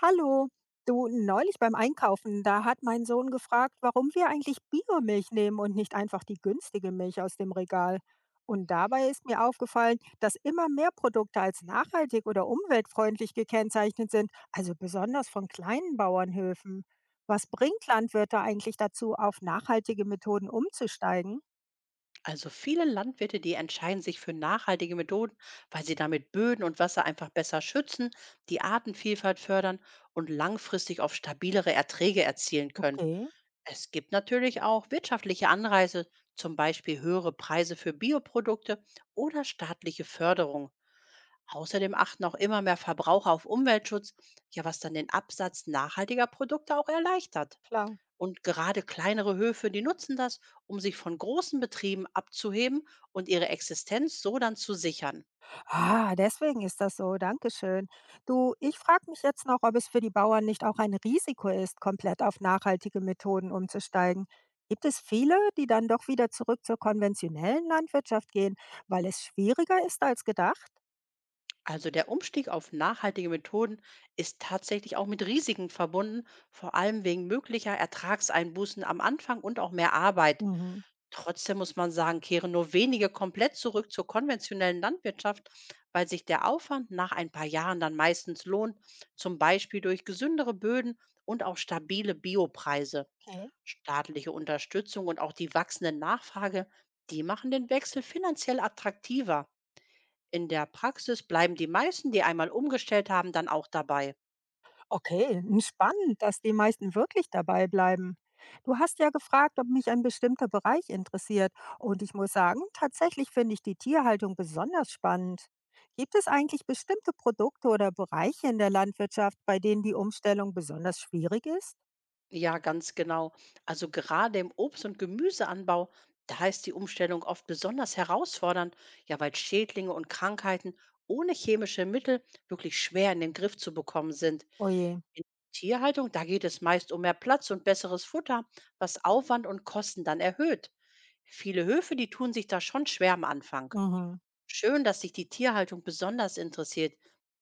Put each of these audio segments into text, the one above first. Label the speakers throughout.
Speaker 1: Hallo, du, neulich beim Einkaufen, da hat mein Sohn gefragt, warum wir eigentlich Biomilch nehmen und nicht einfach die günstige Milch aus dem Regal. Und dabei ist mir aufgefallen, dass immer mehr Produkte als nachhaltig oder umweltfreundlich gekennzeichnet sind, also besonders von kleinen Bauernhöfen. Was bringt Landwirte eigentlich dazu, auf nachhaltige Methoden umzusteigen?
Speaker 2: Also viele Landwirte, die entscheiden sich für nachhaltige Methoden, weil sie damit Böden und Wasser einfach besser schützen, die Artenvielfalt fördern und langfristig auf stabilere Erträge erzielen können.
Speaker 1: Okay,
Speaker 2: Es gibt natürlich auch wirtschaftliche Anreize, zum Beispiel höhere Preise für Bioprodukte oder staatliche Förderung. Außerdem achten auch immer mehr Verbraucher auf Umweltschutz, ja was dann den Absatz nachhaltiger Produkte auch erleichtert.
Speaker 1: klar.
Speaker 2: Und gerade kleinere Höfe, die nutzen das, um sich von großen Betrieben abzuheben und ihre Existenz so dann zu sichern.
Speaker 1: Ah, deswegen ist das so. Dankeschön. Du, ich frage mich jetzt noch, ob es für die Bauern nicht auch ein Risiko ist, komplett auf nachhaltige Methoden umzusteigen. Gibt es viele, die dann doch wieder zurück zur konventionellen Landwirtschaft gehen, weil es schwieriger ist als gedacht?
Speaker 2: Also der Umstieg auf nachhaltige Methoden ist tatsächlich auch mit Risiken verbunden, vor allem wegen möglicher Ertragseinbußen am Anfang und auch mehr Arbeit.
Speaker 1: Mhm.
Speaker 2: Trotzdem muss man sagen, kehren nur wenige komplett zurück zur konventionellen Landwirtschaft, weil sich der Aufwand nach ein paar Jahren dann meistens lohnt, zum Beispiel durch gesündere Böden und auch stabile Biopreise.
Speaker 1: Okay.
Speaker 2: Staatliche Unterstützung und auch die wachsende Nachfrage, die machen den Wechsel finanziell attraktiver. In der Praxis bleiben die meisten, die einmal umgestellt haben, dann auch dabei.
Speaker 1: Okay, n spannend, dass die meisten wirklich dabei bleiben. Du hast ja gefragt, ob mich ein bestimmter Bereich interessiert. Und ich muss sagen, tatsächlich finde ich die Tierhaltung besonders spannend. Gibt es eigentlich bestimmte Produkte oder Bereiche in der Landwirtschaft, bei denen die Umstellung besonders schwierig ist?
Speaker 2: Ja, ganz genau. Also gerade im Obst- und Gemüseanbau, da ist die Umstellung oft besonders herausfordernd, ja, weil Schädlinge und Krankheiten ohne chemische Mittel wirklich schwer in den Griff zu bekommen sind.
Speaker 1: Oje.
Speaker 2: In Tierhaltung, da geht es meist um mehr Platz und besseres Futter, was Aufwand und Kosten dann erhöht. Viele Höfe, die tun sich da schon schwer am Anfang.
Speaker 1: Mhm.
Speaker 2: Schön, dass dich die Tierhaltung besonders interessiert.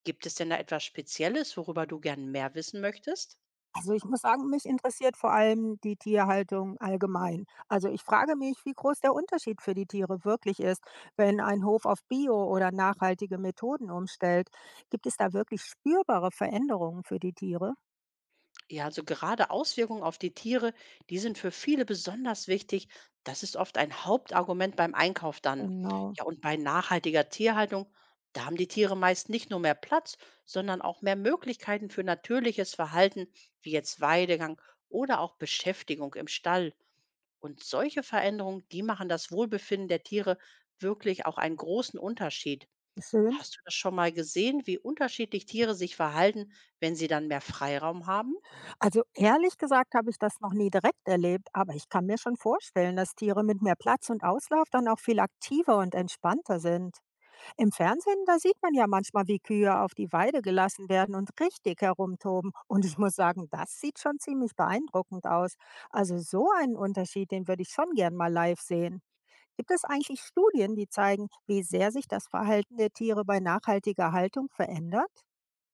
Speaker 2: Gibt es denn da etwas Spezielles, worüber du gern mehr wissen möchtest?
Speaker 1: Also ich muss sagen, mich interessiert vor allem die Tierhaltung allgemein. Also ich frage mich, wie groß der Unterschied für die Tiere wirklich ist, wenn ein Hof auf Bio oder nachhaltige Methoden umstellt. Gibt es da wirklich spürbare Veränderungen für die Tiere?
Speaker 2: Ja, also gerade Auswirkungen auf die Tiere, die sind für viele besonders wichtig. Das ist oft ein Hauptargument beim Einkauf dann.
Speaker 1: Genau.
Speaker 2: Ja, und bei nachhaltiger Tierhaltung, da haben die Tiere meist nicht nur mehr Platz, sondern auch mehr Möglichkeiten für natürliches Verhalten, wie jetzt Weidegang oder auch Beschäftigung im Stall. Und solche Veränderungen, die machen das Wohlbefinden der Tiere wirklich auch einen großen Unterschied.
Speaker 1: Schön.
Speaker 2: Hast du das schon mal gesehen, wie unterschiedlich Tiere sich verhalten, wenn sie dann mehr Freiraum haben?
Speaker 1: Also ehrlich gesagt habe ich das noch nie direkt erlebt, aber ich kann mir schon vorstellen, dass Tiere mit mehr Platz und Auslauf dann auch viel aktiver und entspannter sind. Im Fernsehen, da sieht man ja manchmal, wie Kühe auf die Weide gelassen werden und richtig herumtoben. Und ich muss sagen, das sieht schon ziemlich beeindruckend aus. Also so einen Unterschied, den würde ich schon gern mal live sehen. Gibt es eigentlich Studien, die zeigen, wie sehr sich das Verhalten der Tiere bei nachhaltiger Haltung verändert?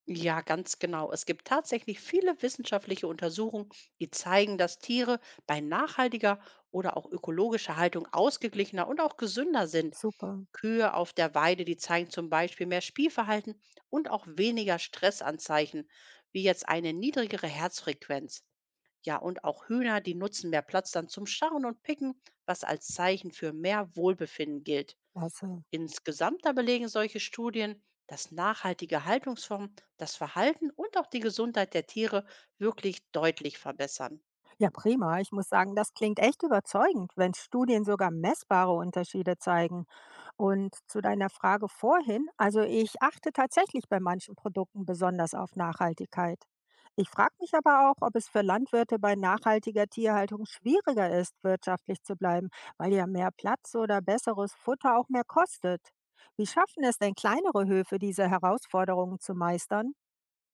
Speaker 2: Ja, ganz genau. Es gibt tatsächlich viele wissenschaftliche Untersuchungen, die zeigen, dass Tiere bei nachhaltiger oder auch ökologischer Haltung ausgeglichener und auch gesünder sind.
Speaker 1: Super,
Speaker 2: Kühe auf der Weide, die zeigen zum Beispiel mehr Spielverhalten und auch weniger Stressanzeichen, wie jetzt eine niedrigere Herzfrequenz. Ja, und auch Hühner, die nutzen mehr Platz dann zum Scharren und Picken, was als Zeichen für mehr Wohlbefinden gilt.
Speaker 1: klasse.
Speaker 2: Insgesamt aber belegen solche Studien, dass nachhaltige Haltungsformen das Verhalten und auch die Gesundheit der Tiere wirklich deutlich verbessern.
Speaker 1: Ja, prima. Ich muss sagen, das klingt echt überzeugend, wenn Studien sogar messbare Unterschiede zeigen. Und zu deiner Frage vorhin, also ich achte tatsächlich bei manchen Produkten besonders auf Nachhaltigkeit. Ich frage mich aber auch, ob es für Landwirte bei nachhaltiger Tierhaltung schwieriger ist, wirtschaftlich zu bleiben, weil ja mehr Platz oder besseres Futter auch mehr kostet. Wie schaffen es denn kleinere Höfe, diese Herausforderungen zu meistern?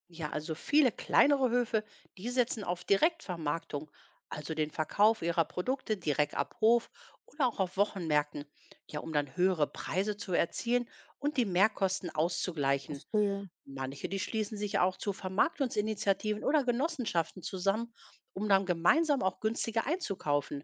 Speaker 2: Ja, also viele kleinere Höfe, die setzen auf Direktvermarktung, also den Verkauf ihrer Produkte direkt ab Hof oder auch auf Wochenmärkten, ja, um dann höhere Preise zu erzielen und die Mehrkosten auszugleichen.
Speaker 1: Verstehe.
Speaker 2: Manche, die schließen sich auch zu Vermarktungsinitiativen oder Genossenschaften zusammen, um dann gemeinsam auch günstiger einzukaufen.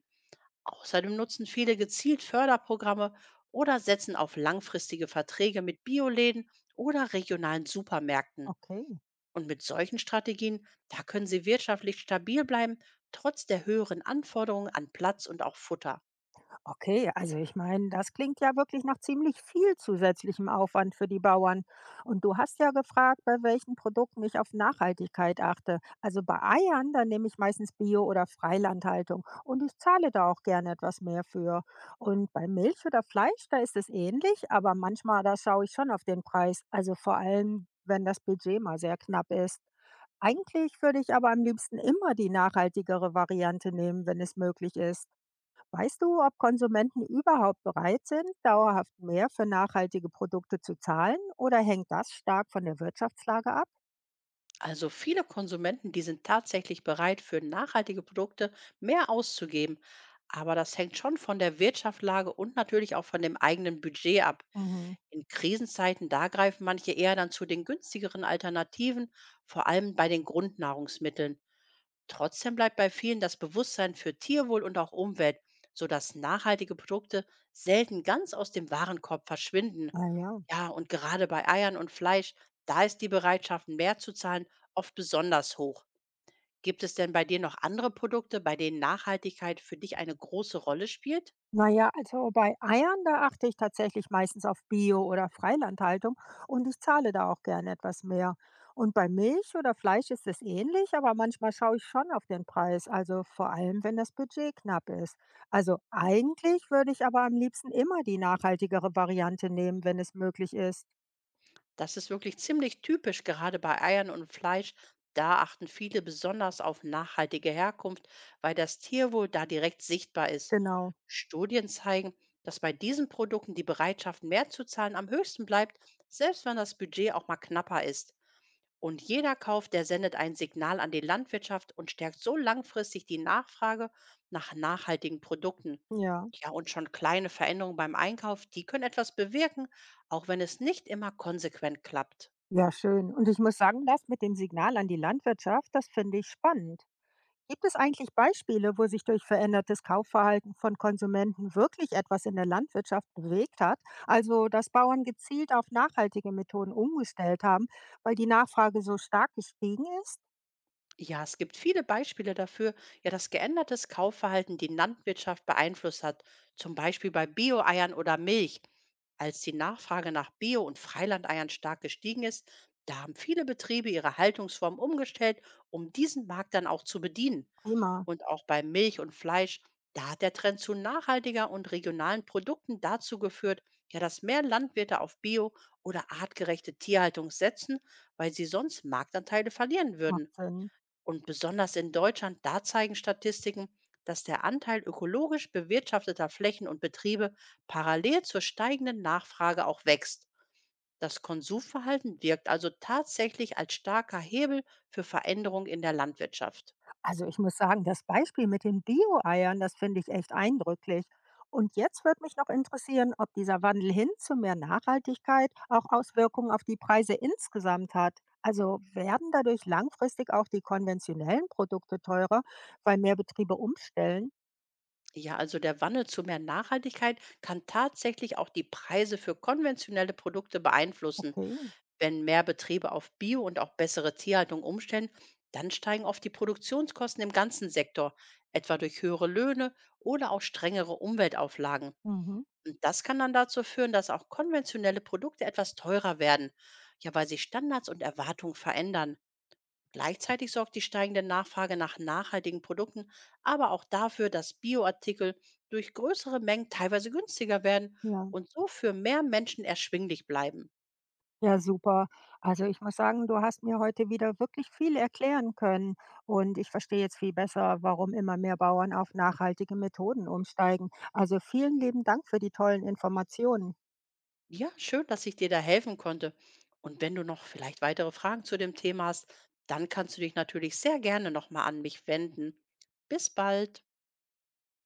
Speaker 2: Außerdem nutzen viele gezielt Förderprogramme oder setzen auf langfristige Verträge mit Bioläden oder regionalen Supermärkten.
Speaker 1: Okay.
Speaker 2: Und mit solchen Strategien, da können sie wirtschaftlich stabil bleiben, trotz der höheren Anforderungen an Platz und auch Futter.
Speaker 1: Okay, also ich meine, das klingt ja wirklich nach ziemlich viel zusätzlichem Aufwand für die Bauern. Und du hast ja gefragt, bei welchen Produkten ich auf Nachhaltigkeit achte. Also bei Eiern, da nehme ich meistens Bio- oder Freilandhaltung und ich zahle da auch gerne etwas mehr für. Und bei Milch oder Fleisch, da ist es ähnlich, aber manchmal, da schaue ich schon auf den Preis. Also vor allem, wenn das Budget mal sehr knapp ist. Eigentlich würde ich aber am liebsten immer die nachhaltigere Variante nehmen, wenn es möglich ist. Weißt du, ob Konsumenten überhaupt bereit sind, dauerhaft mehr für nachhaltige Produkte zu zahlen oder hängt das stark von der Wirtschaftslage ab?
Speaker 2: Also viele Konsumenten, die sind tatsächlich bereit, für nachhaltige Produkte mehr auszugeben. Aber das hängt schon von der Wirtschaftslage und natürlich auch von dem eigenen Budget ab.
Speaker 1: Mhm.
Speaker 2: In Krisenzeiten, da greifen manche eher dann zu den günstigeren Alternativen, vor allem bei den Grundnahrungsmitteln. Trotzdem bleibt bei vielen das Bewusstsein für Tierwohl und auch Umwelt, sodass nachhaltige Produkte selten ganz aus dem Warenkorb verschwinden.
Speaker 1: Ah ja.
Speaker 2: Ja, und gerade bei Eiern und Fleisch, da ist die Bereitschaft, mehr zu zahlen, oft besonders hoch. Gibt es denn bei dir noch andere Produkte, bei denen Nachhaltigkeit für dich eine große Rolle spielt?
Speaker 1: Naja, also bei Eiern, da achte ich tatsächlich meistens auf Bio- oder Freilandhaltung und ich zahle da auch gerne etwas mehr. Und bei Milch oder Fleisch ist es ähnlich, aber manchmal schaue ich schon auf den Preis, also vor allem, wenn das Budget knapp ist. Also eigentlich würde ich aber am liebsten immer die nachhaltigere Variante nehmen, wenn es möglich ist.
Speaker 2: Das ist wirklich ziemlich typisch, gerade bei Eiern und Fleisch. Da achten viele besonders auf nachhaltige Herkunft, weil das Tierwohl da direkt sichtbar ist.
Speaker 1: Genau.
Speaker 2: Studien zeigen, dass bei diesen Produkten die Bereitschaft, mehr zu zahlen, am höchsten bleibt, selbst wenn das Budget auch mal knapper ist. Und jeder Kauf, der sendet ein Signal an die Landwirtschaft und stärkt so langfristig die Nachfrage nach nachhaltigen Produkten.
Speaker 1: Ja.
Speaker 2: Ja, und schon kleine Veränderungen beim Einkauf, die können etwas bewirken, auch wenn es nicht immer konsequent klappt.
Speaker 1: Ja, schön. Und ich muss sagen, das mit dem Signal an die Landwirtschaft, das finde ich spannend. Gibt es eigentlich Beispiele, wo sich durch verändertes Kaufverhalten von Konsumenten wirklich etwas in der Landwirtschaft bewegt hat? Also, dass Bauern gezielt auf nachhaltige Methoden umgestellt haben, weil die Nachfrage so stark gestiegen ist?
Speaker 2: Ja, es gibt viele Beispiele dafür, ja, dass geändertes Kaufverhalten die Landwirtschaft beeinflusst hat, zum Beispiel bei Bio-Eiern oder Milch. Als die Nachfrage nach Bio- und Freilandeiern stark gestiegen ist, da haben viele Betriebe ihre Haltungsform umgestellt, um diesen Markt dann auch zu bedienen.
Speaker 1: Prima,
Speaker 2: Und auch bei Milch und Fleisch, da hat der Trend zu nachhaltiger und regionalen Produkten dazu geführt, ja, dass mehr Landwirte auf Bio- oder artgerechte Tierhaltung setzen, weil sie sonst Marktanteile verlieren
Speaker 1: macht
Speaker 2: würden.
Speaker 1: Sinn.
Speaker 2: Und besonders in Deutschland, da zeigen Statistiken, dass der Anteil ökologisch bewirtschafteter Flächen und Betriebe parallel zur steigenden Nachfrage auch wächst. Das Konsumverhalten wirkt also tatsächlich als starker Hebel für Veränderung in der Landwirtschaft.
Speaker 1: Also ich muss sagen, das Beispiel mit den Bio-Eiern, das finde ich echt eindrücklich. Und jetzt würde mich noch interessieren, ob dieser Wandel hin zu mehr Nachhaltigkeit auch Auswirkungen auf die Preise insgesamt hat. Also werden dadurch langfristig auch die konventionellen Produkte teurer, weil mehr Betriebe umstellen?
Speaker 2: Ja, also der Wandel zu mehr Nachhaltigkeit kann tatsächlich auch die Preise für konventionelle Produkte beeinflussen.
Speaker 1: Okay.
Speaker 2: Wenn mehr Betriebe auf Bio und auch bessere Tierhaltung umstellen, dann steigen oft die Produktionskosten im ganzen Sektor, etwa durch höhere Löhne oder auch strengere Umweltauflagen.
Speaker 1: Mhm.
Speaker 2: Und das kann dann dazu führen, dass auch konventionelle Produkte etwas teurer werden, ja, weil sich Standards und Erwartungen verändern. Gleichzeitig sorgt die steigende Nachfrage nach nachhaltigen Produkten aber auch dafür, dass Bioartikel durch größere Mengen teilweise günstiger werden
Speaker 1: Ja.
Speaker 2: und so für mehr Menschen erschwinglich bleiben.
Speaker 1: Ja, super. Also ich muss sagen, du hast mir heute wieder wirklich viel erklären können und ich verstehe jetzt viel besser, warum immer mehr Bauern auf nachhaltige Methoden umsteigen. Also vielen lieben Dank für die tollen Informationen.
Speaker 2: Ja, schön, dass ich dir da helfen konnte. Und wenn du noch vielleicht weitere Fragen zu dem Thema hast, dann kannst du dich natürlich sehr gerne nochmal an mich wenden. Bis bald.